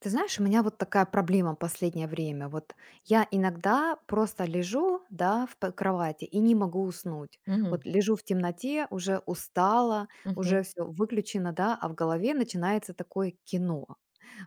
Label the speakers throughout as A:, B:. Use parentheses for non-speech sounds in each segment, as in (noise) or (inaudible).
A: Ты знаешь, у меня вот такая проблема последнее время. Вот я иногда просто лежу, да, в кровати и не могу уснуть.
B: Мгм,
A: Вот лежу в темноте, уже устала,
B: мгм,
A: уже все выключено, да, а в голове начинается такое кино.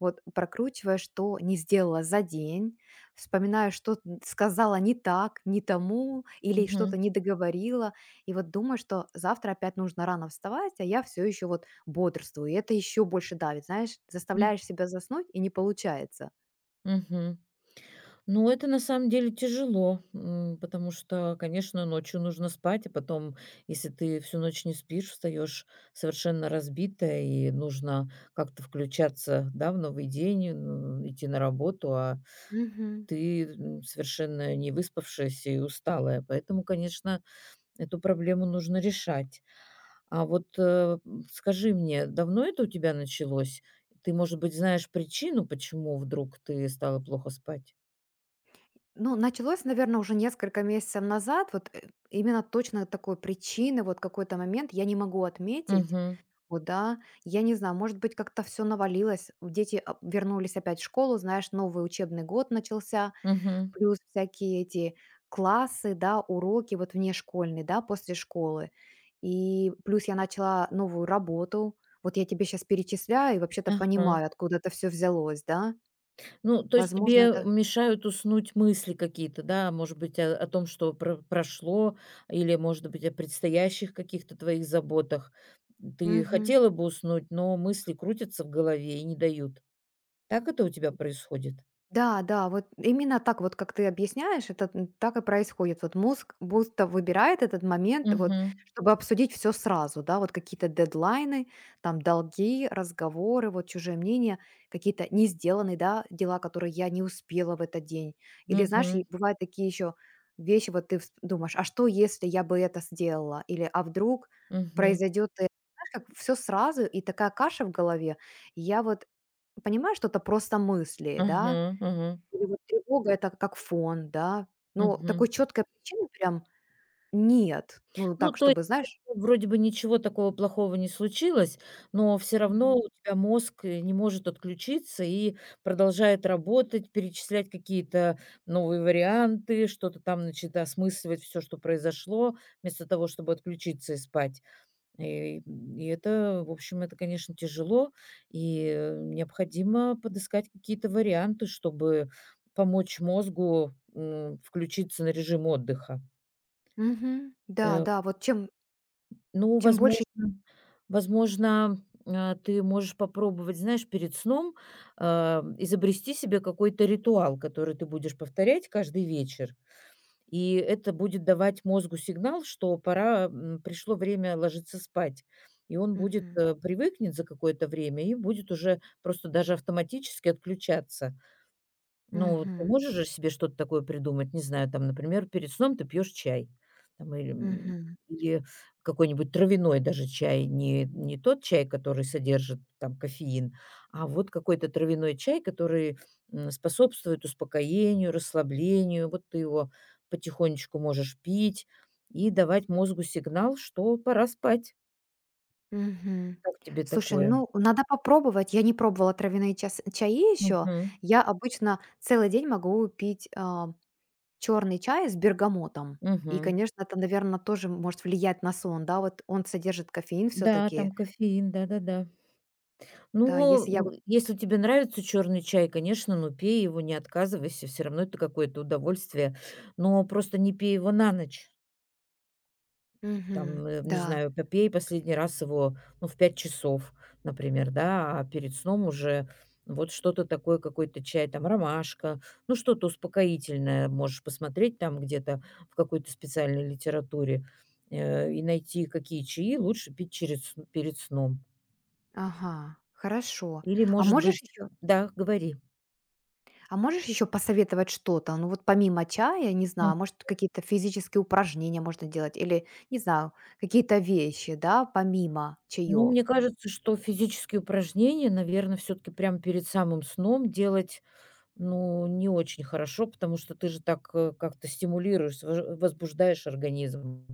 A: Вот прокручивая, что не сделала за день, вспоминаю, что сказала не так, не тому или что-то
B: мгм,
A: не договорила, и вот думаю, что завтра опять нужно рано вставать, а я все еще вот бодрствую, и это еще больше давит, знаешь,
B: м,
A: заставляешь себя заснуть и не получается.
B: мгм. Ну, это на самом деле тяжело, потому что, конечно, ночью нужно спать, а потом, если ты всю ночь не спишь, встаешь совершенно разбитая, и нужно как-то включаться, да, в новый день, идти на работу, а
A: Мгм.
B: ты совершенно не выспавшаяся и усталая. Поэтому, конечно, эту проблему нужно решать. А вот, скажи мне, давно это у тебя началось? Ты, может быть, знаешь причину, почему вдруг ты стала плохо спать?
A: Ну, началось, наверное, уже несколько месяцев назад. Именно точно такой причины, вот какой-то момент я не могу отметить.
B: Мгм.
A: О да, я не знаю, может быть, как-то все навалилось. Дети, а, вернулись опять в школу, знаешь, новый учебный год начался,
B: Мгм.
A: плюс всякие эти классы, да, уроки вот внешкольные, да, после школы. И плюс я начала новую работу. Вот я тебе сейчас перечисляю и вообще-то
B: Ага.
A: понимаю, откуда это все взялось, да.
B: Ну, то есть
A: Возможно,
B: тебе
A: это
B: мешают уснуть мысли какие-то, да, может быть, о том, что прошло, или, может быть, о предстоящих каких-то твоих заботах. Ты
A: мгм.
B: хотела бы уснуть, но мысли крутятся в голове и не дают. Так это у тебя происходит?
A: Да, да, вот именно так вот, как ты объясняешь, это так и происходит. Вот мозг будто выбирает этот момент, вот,
B: Угу,
A: чтобы обсудить все сразу, да, вот какие-то дедлайны, там долги, разговоры, вот чужое мнение, какие-то не сделанные, да, дела, которые я не успела в этот день. Или, знаешь, и
B: угу,
A: бывают такие еще вещи, вот ты думаешь, а что, если я бы это сделала? Или, а вдруг
B: угу,
A: произойдет, э, знаешь, как все сразу, и такая каша в голове. И я вот понимаю, что это просто мысли, да,
B: угу, угу,
A: или вот тревога — это как фон, да? Но
B: мгм.
A: такой четкой причины прям нет. Ну,
B: Ну,
A: так,
B: то есть
A: чтобы, знаешь.
B: вроде бы ничего такого плохого не случилось, но все равно
A: Мгм.
B: у тебя мозг, не может отключиться и продолжает работать, перечислять какие-то новые варианты, что-то там, значит, осмысливать все, что произошло, вместо того, чтобы отключиться и спать. И и это, в общем, это, конечно, тяжело, и, необходимо подыскать какие-то варианты, чтобы помочь мозгу, включиться на режим отдыха.
A: Мгм. Да,
B: Э
A: да, вот чем
B: Ну,
A: чем больше.
B: возможно, ты можешь попробовать, знаешь, перед сном, изобрести себе какой-то ритуал, который ты будешь повторять каждый вечер. И это будет давать мозгу сигнал, что пора, пришло время ложиться спать. И он будет,
A: Мгм.
B: привыкнет за какое-то время и будет уже просто даже автоматически отключаться. Ну, ты
A: Мгм.
B: можешь же себе что-то такое придумать, не знаю, там, например, перед сном ты пьешь чай, там, или, м,
A: Мгм.
B: или какой-нибудь травяной даже чай, не тот чай, который содержит там кофеин, а вот какой-то травяной чай, который способствует успокоению, расслаблению. Вот ты его потихонечку можешь пить и давать мозгу сигнал, что пора спать.
A: Мгм.
B: Как тебе
A: Слушай,
B: такое?
A: ну, надо попробовать. Я не пробовала травяные час чаи еще.
B: Мгм.
A: Я обычно целый день могу пить, а, черный чай с бергамотом. И,
B: Мгм.
A: конечно, это, наверное, тоже может влиять на сон, да? Вот он содержит кофеин
B: Да, там
A: все-таки.
B: кофеин, да-да-да.
A: Да, если я
B: Ну,
A: вот.
B: если тебе нравится черный чай, конечно, ну, пей его, не отказывайся. Все равно это какое-то удовольствие. Но просто не пей его на ночь.
A: Мгм.
B: Там, не
A: Да.
B: знаю, попей последний раз его, ну, в 5 часов, например, да, а перед сном уже вот что-то такое, какой-то чай, там, ромашка, ну, что-то успокоительное. Можешь посмотреть там где-то в какой-то специальной литературе, и найти, какие чаи лучше пить через перед сном.
A: Ага, хорошо.
B: Или,
A: А
B: может
A: можешь
B: быть.
A: еще
B: Да, говори.
A: а можешь еще посоветовать что-то? Ну вот помимо чая, не знаю, может, какие-то физические упражнения можно делать или, не знаю, какие-то вещи, да, помимо
B: Ну,
A: чаев?
B: мне кажется, что физические упражнения, наверное, все таки прямо перед самым сном делать, ну, не очень хорошо, потому что ты же так, как-то стимулируешь, возбуждаешь организм.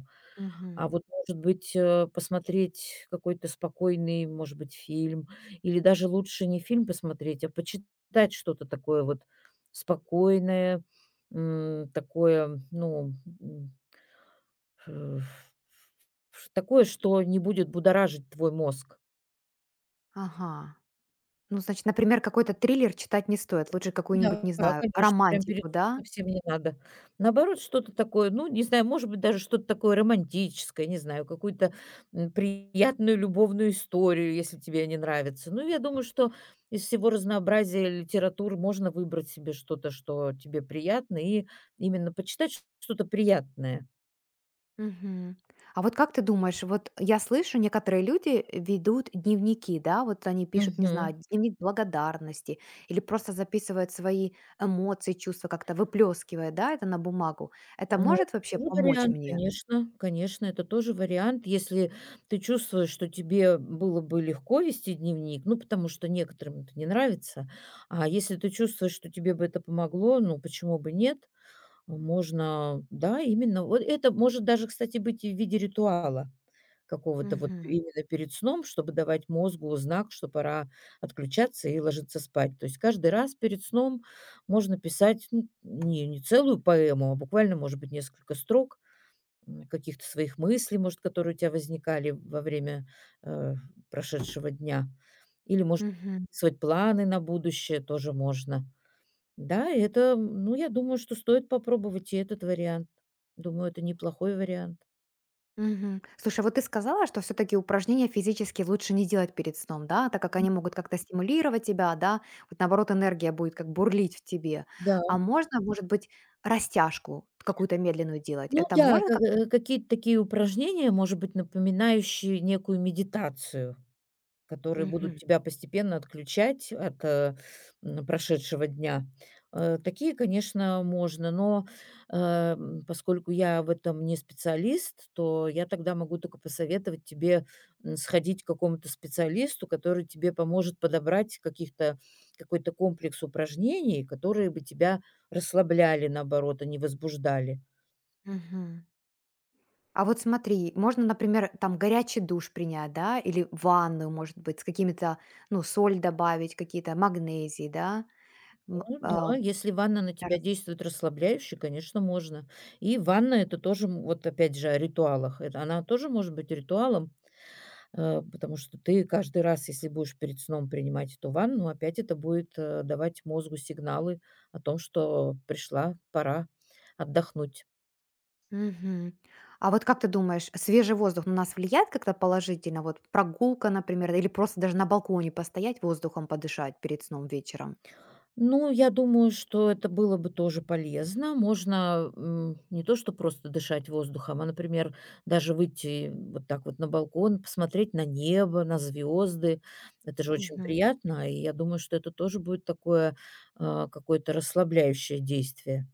B: А
A: Мгм.
B: вот, может быть, посмотреть какой-то спокойный, может быть, фильм или даже лучше не фильм посмотреть, а почитать что-то такое вот спокойное, такое, ну, м, э, такое, что не будет будоражить твой мозг.
A: Ага. Ну, значит, например, какой-то триллер читать не стоит. Лучше какую-нибудь,
B: Да,
A: не знаю,
B: конечно, прям перед
A: романтику, да?
B: сном совсем не надо. Наоборот, что-то такое, ну, не знаю, может быть, даже что-то такое романтическое, не знаю, какую-то приятную любовную историю, если тебе не нравится. Ну, я думаю, что из всего разнообразия литератур можно выбрать себе что-то, что тебе приятно, и именно почитать что-то приятное.
A: Мгм. А вот как ты думаешь, вот я слышу, некоторые люди ведут дневники, да, вот они пишут, не знаю,
B: Мгм.
A: дневник благодарности или просто записывают свои эмоции, чувства как-то выплескивая, да, это на бумагу. Это
B: Ну,
A: может вообще
B: тоже
A: помочь
B: вариант,
A: мне?
B: конечно, конечно, это тоже вариант. Если ты чувствуешь, что тебе было бы легко вести дневник, ну, потому что некоторым это не нравится, а если ты чувствуешь, что тебе бы это помогло, ну, почему бы нет? Можно, да, именно. Вот это может даже, кстати, быть и в виде ритуала. Какого-то вот
A: Мгм.
B: именно перед сном, чтобы давать мозгу знак, что пора отключаться и ложиться спать. То есть каждый раз перед сном можно писать, ну, не целую поэму, а буквально, может быть, несколько строк, каких-то своих мыслей, может, которые у тебя возникали во время, э, прошедшего дня. Или, может,
A: Мгм.
B: записывать планы на будущее тоже можно. Да, и это, ну, я думаю, что стоит попробовать и этот вариант. Думаю, это неплохой вариант.
A: Мгм. Слушай, а вот ты сказала, что все-таки упражнения физически лучше не делать перед сном, да, так как они могут как-то стимулировать тебя, да, вот наоборот энергия будет как бурлить в тебе.
B: Да.
A: А можно, может быть, растяжку какую-то медленную делать?
B: Ну
A: Это
B: да,
A: можно
B: как,
A: как-то?
B: какие-то такие упражнения, может быть, напоминающие некую медитацию, которые будут
A: Мгм.
B: тебя постепенно отключать от, прошедшего дня. Такие, конечно, можно, но, поскольку я в этом не специалист, то я тогда могу только посоветовать тебе, сходить к какому-то специалисту, который тебе поможет подобрать каких-то какой-то комплекс упражнений, которые бы тебя расслабляли, наоборот, а не возбуждали.
A: Мгм. А вот смотри, можно, например, там горячий душ принять, да, или ванную, может быть, с какими-то, ну, соль добавить, какие-то магнезии, да, м,
B: Ну
A: а,
B: да, если ванна на тебя действует расслабляюще, конечно, можно. И ванна- это тоже, вот опять же, о ритуалах. Это она тоже может быть ритуалом, потому что ты каждый раз, если будешь перед сном принимать эту ванну, опять это будет, давать мозгу сигналы о том, что пришла пора отдохнуть.
A: Мгм. А вот как ты думаешь, свежий воздух на нас влияет как-то положительно? Вот прогулка, например, или просто даже на балконе постоять, воздухом подышать перед сном вечером?
B: Ну, я думаю, что это было бы тоже полезно. Можно, не то что просто дышать воздухом, а, например, даже выйти вот так вот на балкон, посмотреть на небо, на звезды. Это же очень
A: Мгм.
B: приятно, и я думаю, что это тоже будет такое, какое-то расслабляющее действие.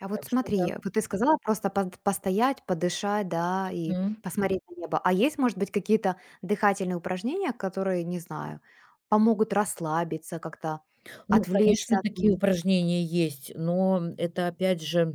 A: А вот
B: Так что да.
A: смотри, вот ты сказала просто постоять, подышать, да, и
B: Мгм.
A: посмотреть на небо. А есть, может быть, какие-то дыхательные упражнения, которые, не знаю, помогут расслабиться, как-то
B: Ну,
A: отвлечься
B: конечно,
A: от
B: такие
A: мыслей?
B: упражнения есть, но это опять же.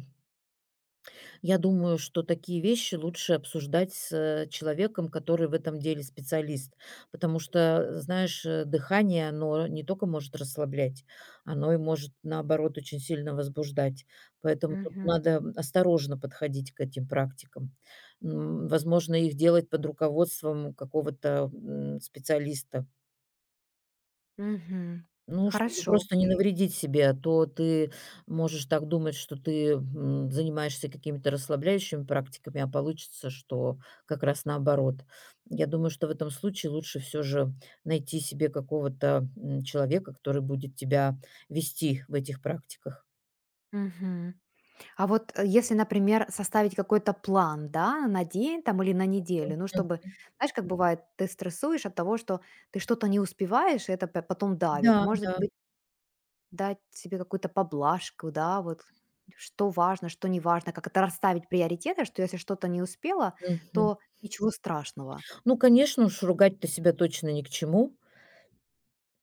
B: Я думаю, что такие вещи лучше обсуждать с человеком, который в этом деле специалист. Потому что, знаешь, дыхание, оно не только может расслаблять, оно и может, наоборот, очень сильно возбуждать. Поэтому тут
A: Мгм.
B: надо осторожно подходить к этим практикам. Возможно, их делать под руководством какого-то специалиста.
A: Мгм.
B: Ну, чтобы
A: Хорошо,
B: просто не
A: окей.
B: навредить себе, а то ты можешь так думать, что ты, занимаешься какими-то расслабляющими практиками, а получится, что как раз наоборот. Я думаю, что в этом случае лучше все же найти себе какого-то, человека, который будет тебя вести в этих практиках.
A: Мгм. Если, например, составить какой-то план, да, на день там или на неделю, ну,
B: М,
A: чтобы, знаешь, как бывает, ты стрессуешь от того, что ты что-то не успеваешь, и это потом давит.
B: да,
A: Может
B: да,
A: быть, дать себе какую-то поблажку, да, вот что важно, что не важно, как это расставить приоритеты, что если что-то не успела,
B: мгм.
A: то ничего страшного.
B: Ну, конечно, уж ругать-то себя точно ни к чему.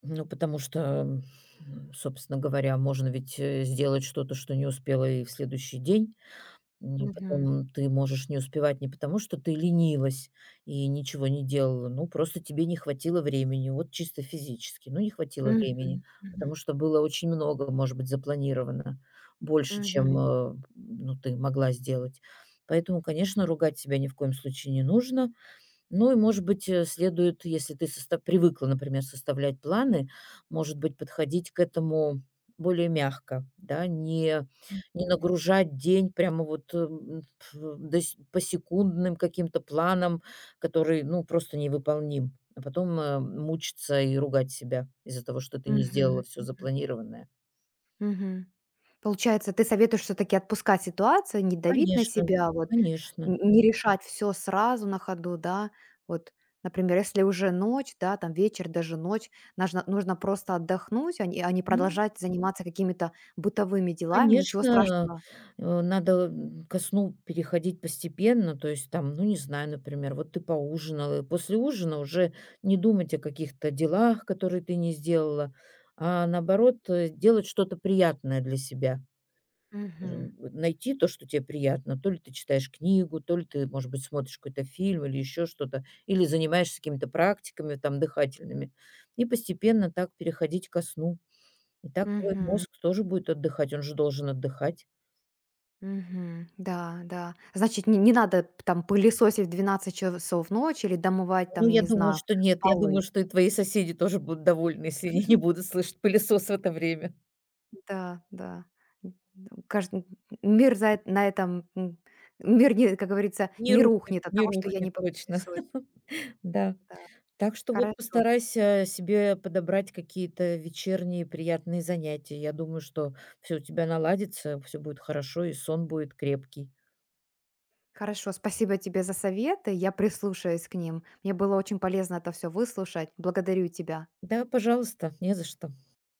B: Ну, потому что, собственно говоря, можно ведь, сделать что-то, что не успела и в следующий день. И
A: Мгм.
B: потом ты можешь не успевать не потому, что ты ленилась и ничего не делала, ну, просто тебе не хватило времени, вот чисто физически, ну, не хватило
A: Мгм.
B: времени,
A: Мгм.
B: потому что было очень много, может быть, запланировано, больше, чем,
A: Мгм.
B: ну, ты могла сделать. Поэтому, конечно, ругать себя ни в коем случае не нужно. Ну и, может быть, следует, если ты соста привыкла, например, составлять планы, может быть, подходить к этому более мягко, да, не
A: Мгм.
B: нагружать день прямо вот, э, м, ф до се посекундным каким-то планам, который, ну, просто невыполним, а потом, мучиться и ругать себя из-за того, что ты не
A: Мгм.
B: сделала все запланированное.
A: Мгм. Получается, ты советуешь все таки отпускать ситуацию, не давить на
B: Конечно,
A: себя, а вот,
B: конечно.
A: н не решать все сразу на ходу, да. Вот, например, если уже ночь, да, там вечер, даже ночь, нужно просто отдохнуть, а не продолжать заниматься какими-то бытовыми делами, ничего
B: Конечно,
A: страшного.
B: надо, ко сну переходить постепенно. То есть там, ну, не знаю, например, вот ты поужинала, и после ужина уже не думать о каких-то делах, которые ты не сделала, а наоборот, делать что-то приятное для себя.
A: Мгм.
B: Найти то, что тебе приятно. То ли ты читаешь книгу, то ли ты, может быть, смотришь какой-то фильм или еще что-то, или занимаешься какими-то практиками там дыхательными. И постепенно так переходить ко сну. И так твой
A: Мгм.
B: мозг тоже будет отдыхать, он же должен отдыхать.
A: Мгм. Да, да. Значит, не надо там пылесосить в 12 часов ночи или домывать там,
B: Ну,
A: я
B: я
A: не
B: думаю,
A: знаю,
B: что нет. Я
A: полы.
B: думаю, что и твои соседи тоже будут довольны, если они не будут слышать пылесос в это время.
A: Да, да. М, кажд мир за эт на этом, мир не, как говорится,
B: Не
A: не
B: рухнет,
A: рухнет от
B: не
A: того, что я
B: рухнет
A: не
B: точно.
A: популяризую.
B: (laughs) Да.
A: Да.
B: Так что вот
A: Хорошо,
B: постарайся себе подобрать какие-то вечерние приятные занятия. Я думаю, что все у тебя наладится, все будет хорошо и сон будет крепкий.
A: хорошо. Спасибо тебе за советы. Я прислушаюсь к ним. Мне было очень полезно это все выслушать. Благодарю тебя.
B: Да, пожалуйста, не за что.